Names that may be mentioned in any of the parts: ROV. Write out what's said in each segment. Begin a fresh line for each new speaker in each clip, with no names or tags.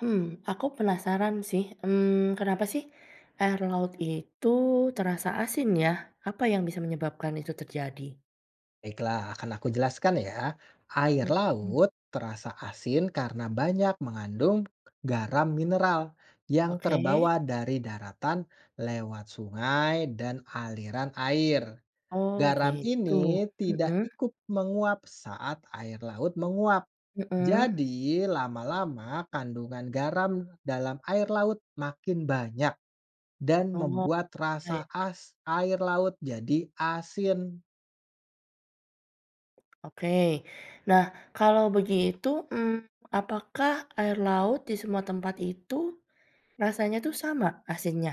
Hmm, aku penasaran sih, kenapa sih air laut itu terasa asin ya? Apa yang bisa menyebabkan itu terjadi?
Baiklah, akan aku jelaskan ya. Air
Mhm,
laut terasa asin karena banyak mengandung garam mineral yang
oke.
terbawa dari daratan lewat sungai dan aliran air.
Oh
Garam
gitu,
ini tidak
mhm
ikut menguap saat air laut menguap.
mhm.
Jadi, lama-lama kandungan garam dalam air laut makin banyak dan
Oh,
membuat
ya ya,
rasa as air laut jadi asin.
oke. Nah, kalau begitu, mmm, apakah air laut di semua tempat itu rasanya tuh sama asinnya?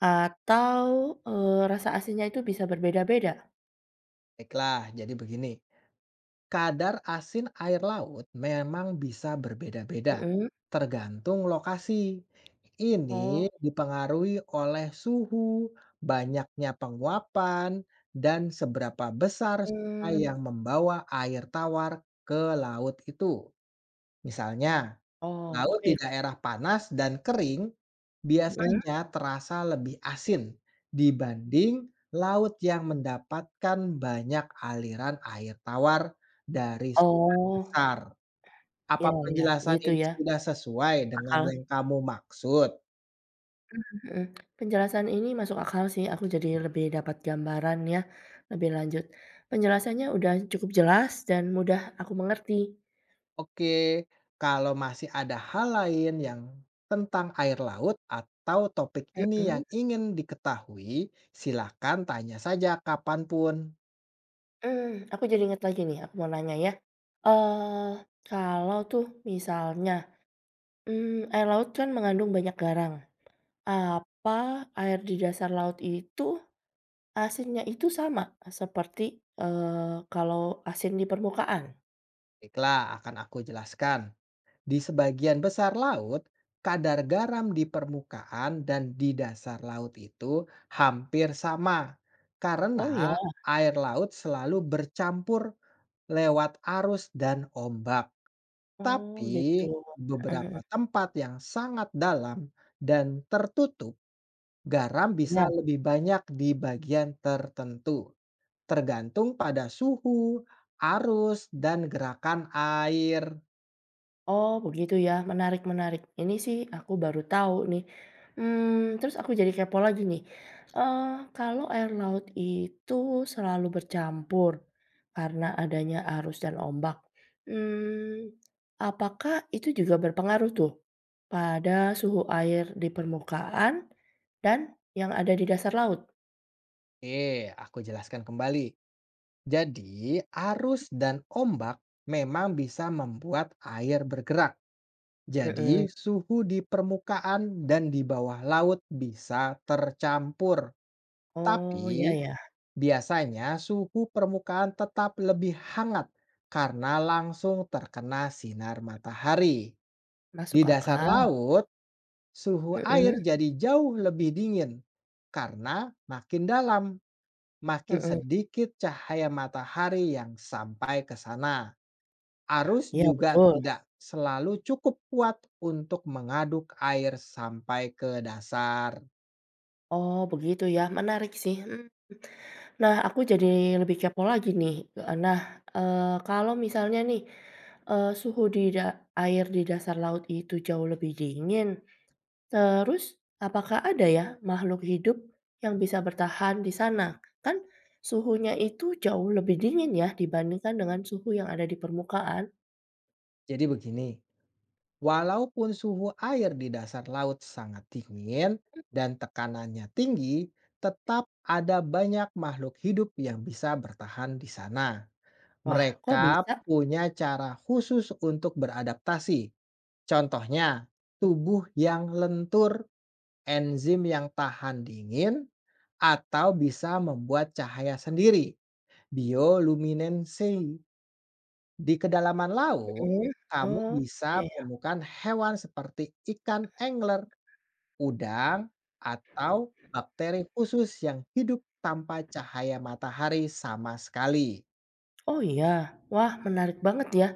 Atau, rasa asinnya itu bisa berbeda-beda?
Baiklah, jadi begini. Kadar asin air laut memang bisa berbeda-beda,
Mhm.
tergantung lokasi. Ini
Oh,
dipengaruhi oleh suhu, banyaknya penguapan, dan seberapa besar sungai
mmm,
yang membawa air tawar ke laut itu. Misalnya,
oh
laut di
oke,
daerah panas dan kering
mhm.
biasanya terasa lebih asin dibanding laut yang mendapatkan banyak aliran air tawar dari sungai
Oh,
besar. Apa
ya ya,
penjelasan
gitu
ini
ya,
sudah sesuai dengan
akal
yang
sih.
kamu maksud?
Mhm mhm. Penjelasan ini masuk akal sih, aku jadi lebih dapat gambaran ya, lebih lanjut. Penjelasannya udah cukup jelas dan mudah aku mengerti.
Oke, kalau masih ada hal lain yang tentang air laut atau topik ini yang
Mhm,
ingin diketahui, silakan tanya saja kapanpun.
aku jadi inget lagi nih, aku mau nanya ya, eee, kalau tuh misalnya, air laut kan mengandung banyak garang, apa air di dasar laut itu asinnya itu sama seperti, kalau asin di permukaan?
Baiklah, akan aku jelaskan. Di sebagian besar laut, kadar garam di permukaan dan di dasar laut itu hampir sama karena
Oh, ya?
air laut selalu bercampur lewat arus dan ombak.
Oh
Tapi
gitu, heeh
beberapa
heeh,
tempat yang sangat dalam dan tertutup, garam bisa
iya.
lebih banyak di bagian tertentu, tergantung pada suhu, arus, dan gerakan air.
Oh begitu ya, menarik menarik. Ini sih aku baru tahu nih, terus aku jadi kepo lagi nih. Eh, kalau air laut itu selalu bercampur karena adanya arus dan ombak, mmm, apakah itu juga berpengaruh tuh pada suhu air di permukaan dan yang ada di dasar laut?
Eh, aku jelaskan kembali. Jadi, arus dan ombak memang bisa membuat air bergerak.
Mhm.
Jadi, suhu di permukaan dan di bawah laut bisa tercampur.
Oh, ya
Tapi,
ya,
biasanya suhu permukaan tetap lebih hangat karena langsung terkena sinar matahari.
masuk
Di dasar
akal.
laut, suhu air
Mhm
jadi jauh lebih dingin karena makin dalam, makin
mhm.
sedikit cahaya matahari yang sampai ke sana. Arus
Iya
juga
betul.
tidak selalu cukup kuat untuk mengaduk air sampai ke dasar.
Oh, begitu ya, menarik sih, Nah, aku jadi lebih kepo lagi nih, eh, nah, kalau misalnya nih, suhu di da air di dasar laut itu jauh lebih dingin, terus apakah ada ya makhluk hidup yang bisa bertahan di sana? Kan suhunya itu jauh lebih dingin ya dibandingkan dengan suhu yang ada di permukaan.
Jadi begini, walaupun suhu air di dasar laut sangat dingin dan tekanannya tinggi, tetap ada banyak makhluk hidup yang bisa bertahan di sana.
Wah, kok
Mereka
bisa?
punya cara khusus untuk beradaptasi. Contohnya, tubuh yang lentur, enzim yang tahan dingin, atau bisa membuat cahaya sendiri bioluminescensi. Di kedalaman laut,
Mhm,
kamu
oh,
bisa
iya ya.
menemukan hewan seperti ikan angler, udang, atau bakteri khusus yang hidup tanpa cahaya matahari sama sekali.
Oh, iya? Wah, menarik banget ya.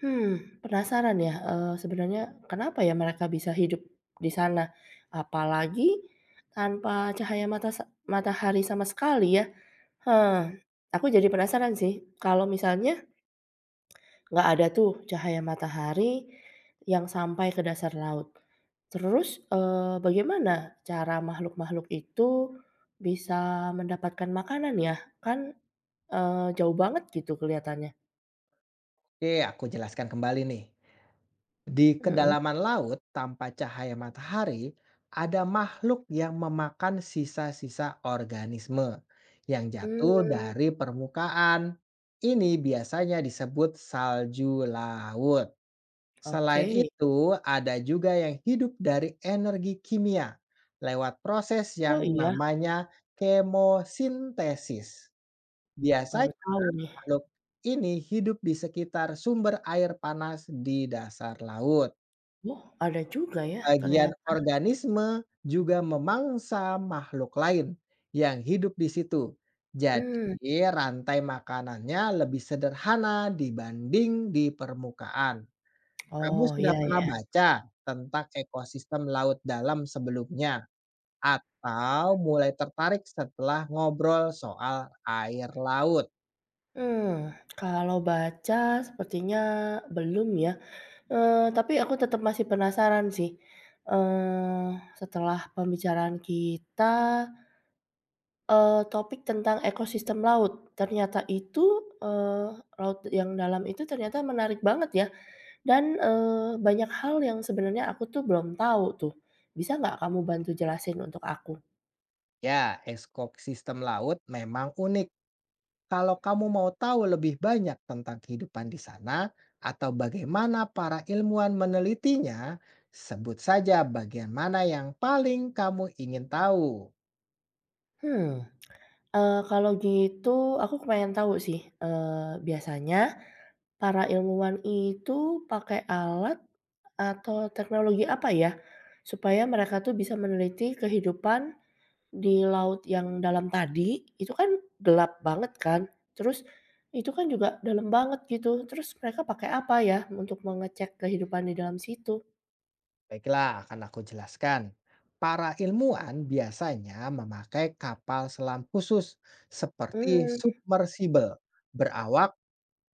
Hmm, penasaran ya, sebenarnya kenapa ya mereka bisa hidup di sana? Apalagi tanpa cahaya mata matahari sama sekali ya. Hah, aku jadi penasaran sih, kalau misalnya nggak ada tuh cahaya matahari yang sampai ke dasar laut. Terus, bagaimana cara makhluk-makhluk itu bisa mendapatkan makanan ya? Kan, jauh banget gitu kelihatannya.
Oke, aku jelaskan kembali nih. Di
Mhm.
kedalaman laut tanpa cahaya matahari, ada makhluk yang memakan sisa-sisa organisme yang jatuh
Mmm,
dari permukaan. Ini biasanya disebut salju laut.
oke.
Selain itu, ada juga yang hidup dari energi kimia lewat proses
Oh,
yang
iya?
namanya kemosintesis.
Baru
Biasanya
tahu nih.
makhluk ini hidup di sekitar sumber air panas di dasar laut.
Oh, ada juga ya
Bagian
ternyata.
organisme juga memangsa makhluk lain yang hidup di situ.
Mmm,
Jadi, rantai makanannya lebih sederhana dibanding di permukaan. Kamu
oh,
sudah
iya
pernah
ya.
baca tentang ekosistem laut dalam sebelumnya atau mulai tertarik setelah ngobrol soal air laut?
Mmm, kalau baca sepertinya belum ya, tapi aku tetap masih penasaran sih, eee, setelah pembicaraan kita, topik tentang ekosistem laut, ternyata itu, eee, laut yang dalam itu ternyata menarik banget ya dan, banyak hal yang sebenarnya aku tuh belum tahu tuh. Bisa nggak kamu bantu jelasin untuk aku?
Ya, ekosistem laut memang unik. Kalau kamu mau tahu lebih banyak tentang kehidupan di sana atau bagaimana para ilmuwan menelitinya, sebut saja bagian mana yang paling kamu ingin tahu.
Hmm. Kalau gitu aku kepengen tahu sih, biasanya para ilmuwan itu pakai alat atau teknologi apa ya, supaya mereka tuh bisa meneliti kehidupan di laut yang dalam tadi, itu kan gelap banget kan, terus itu kan juga dalam banget gitu, terus mereka pakai apa ya untuk mengecek kehidupan di dalam situ?
Baiklah, akan aku jelaskan. Para ilmuwan biasanya memakai kapal selam khusus seperti
Mmm,
submersible, berawak,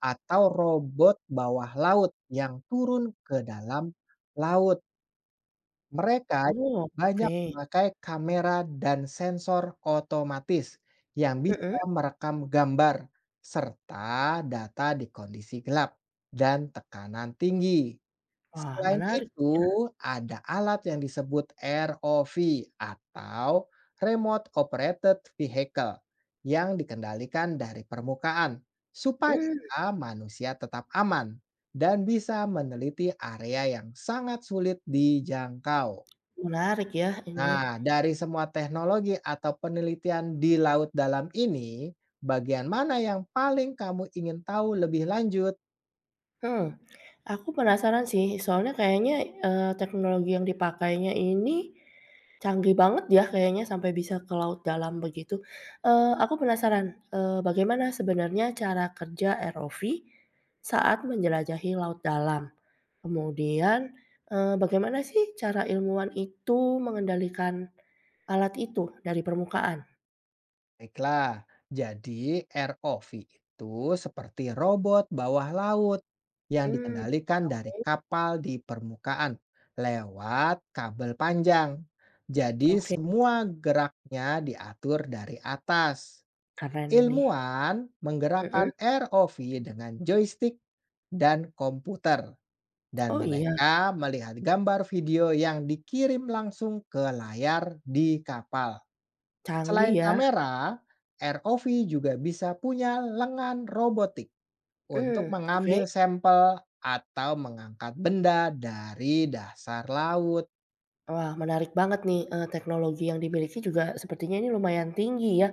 atau robot bawah laut yang turun ke dalam laut. Mereka
oh,
banyak
oke,
memakai kamera dan sensor otomatis yang bisa
mhm,
merekam gambar serta data di kondisi gelap dan tekanan tinggi.
wah
Selain
menarik ya,
itu, ada alat yang disebut ROV atau Remote Operated Vehicle yang dikendalikan dari permukaan supaya
mmm,
manusia tetap aman dan bisa meneliti area yang sangat sulit dijangkau.
menarik ya ini.
Nah, dari semua teknologi atau penelitian di laut dalam ini, bagian mana yang paling kamu ingin tahu lebih lanjut?
Hmm, aku penasaran sih, soalnya kayaknya, teknologi yang dipakainya ini canggih banget ya kayaknya sampai bisa ke laut dalam begitu. Aku penasaran, bagaimana sebenarnya cara kerja ROV saat menjelajahi laut dalam? Kemudian, bagaimana sih cara ilmuwan itu mengendalikan alat itu dari permukaan?
Baiklah, jadi ROV itu seperti robot bawah laut yang
Hmm,
dikendalikan dari
oke
kapal di permukaan lewat kabel panjang. Jadi
oke,
semua geraknya diatur dari atas.
keren ini.
Ilmuwan menggerakkan
Mhm.
ROV dengan joystick dan komputer. Dan
Oh iya,
mereka melihat gambar video yang dikirim langsung ke layar di kapal.
canggih
Selain
ya.
kamera, ROV juga bisa punya lengan robotik untuk
Hmm,
mengambil
oke.
sampel atau mengangkat benda dari dasar laut.
Wah, menarik banget nih, teknologi yang dimiliki juga sepertinya ini lumayan tinggi ya.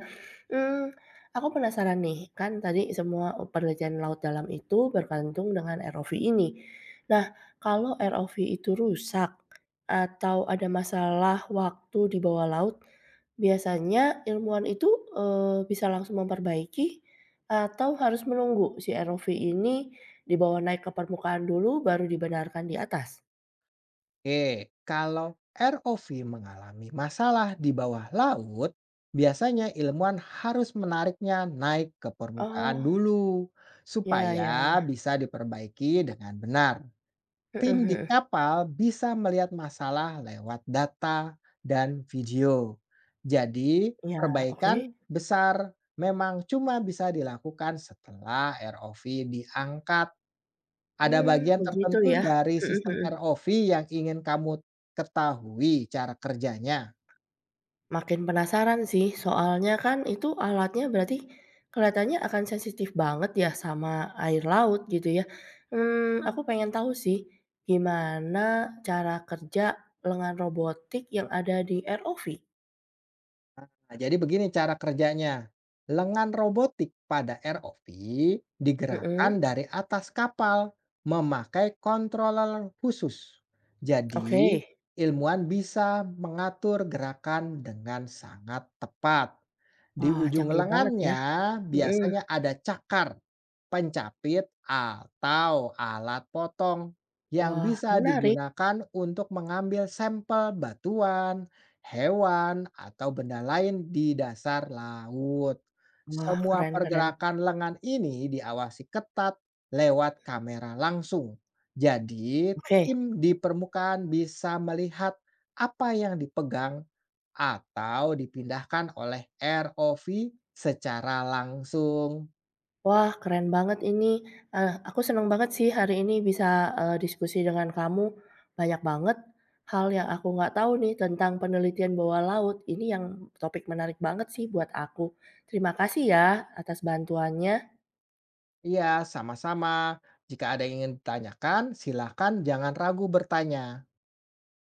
Hmm, aku penasaran nih, kan tadi semua penelitian laut dalam itu bergantung dengan ROV ini. Nah, kalau ROV itu rusak atau ada masalah waktu di bawah laut, biasanya ilmuwan itu, bisa langsung memperbaiki atau harus menunggu si ROV ini dibawa naik ke permukaan dulu baru dibenarkan di atas?
Oke, kalau ROV mengalami masalah di bawah laut, biasanya ilmuwan harus menariknya naik ke permukaan
Oh,
dulu
ya ya.
supaya bisa diperbaiki dengan benar.
Mhm
Tim di
mhm.
kapal bisa melihat masalah lewat data dan video. Jadi,
Iya, oke.
perbaikan besar memang cuma bisa dilakukan setelah ROV diangkat. Ada
Mmm,
bagian
begitu
tertentu
ya?
dari
Mhm
sistem
mhm.
ROV yang ingin kamu ketahui cara kerjanya?
Makin penasaran sih, soalnya kan itu alatnya berarti kelihatannya akan sensitif banget ya sama air laut gitu ya. Mmm, aku pengen tahu sih, gimana cara kerja lengan robotik yang ada di ROV?
Nah, jadi begini cara kerjanya. Lengan robotik pada ROV
Mhm,
digerakkan dari atas kapal memakai controller khusus. Jadi,
oke.
ilmuwan bisa mengatur gerakan dengan sangat tepat. Di
Wah,
ujung
canggih banget ya.
lengannya biasanya
Mhm.
ada cakar, pencapit, atau alat potong yang
Wah,
bisa
menarik.
digunakan untuk mengambil sampel batuan, hewan, atau benda lain di dasar laut.
Wah,
Semua
keren keren.
pergerakan lengan ini diawasi ketat lewat kamera langsung. Jadi,
Oke.
tim di permukaan bisa melihat apa yang dipegang atau dipindahkan oleh ROV secara langsung.
Wah, keren banget ini, aku senang banget sih hari ini bisa, diskusi dengan kamu. Banyak banget hal yang aku nggak tahu nih tentang penelitian bawah laut. Ini yang topik menarik banget sih buat aku. Terima kasih ya atas bantuannya.
Iya, sama-sama. Jika ada yang ingin ditanyakan, silakan jangan ragu bertanya.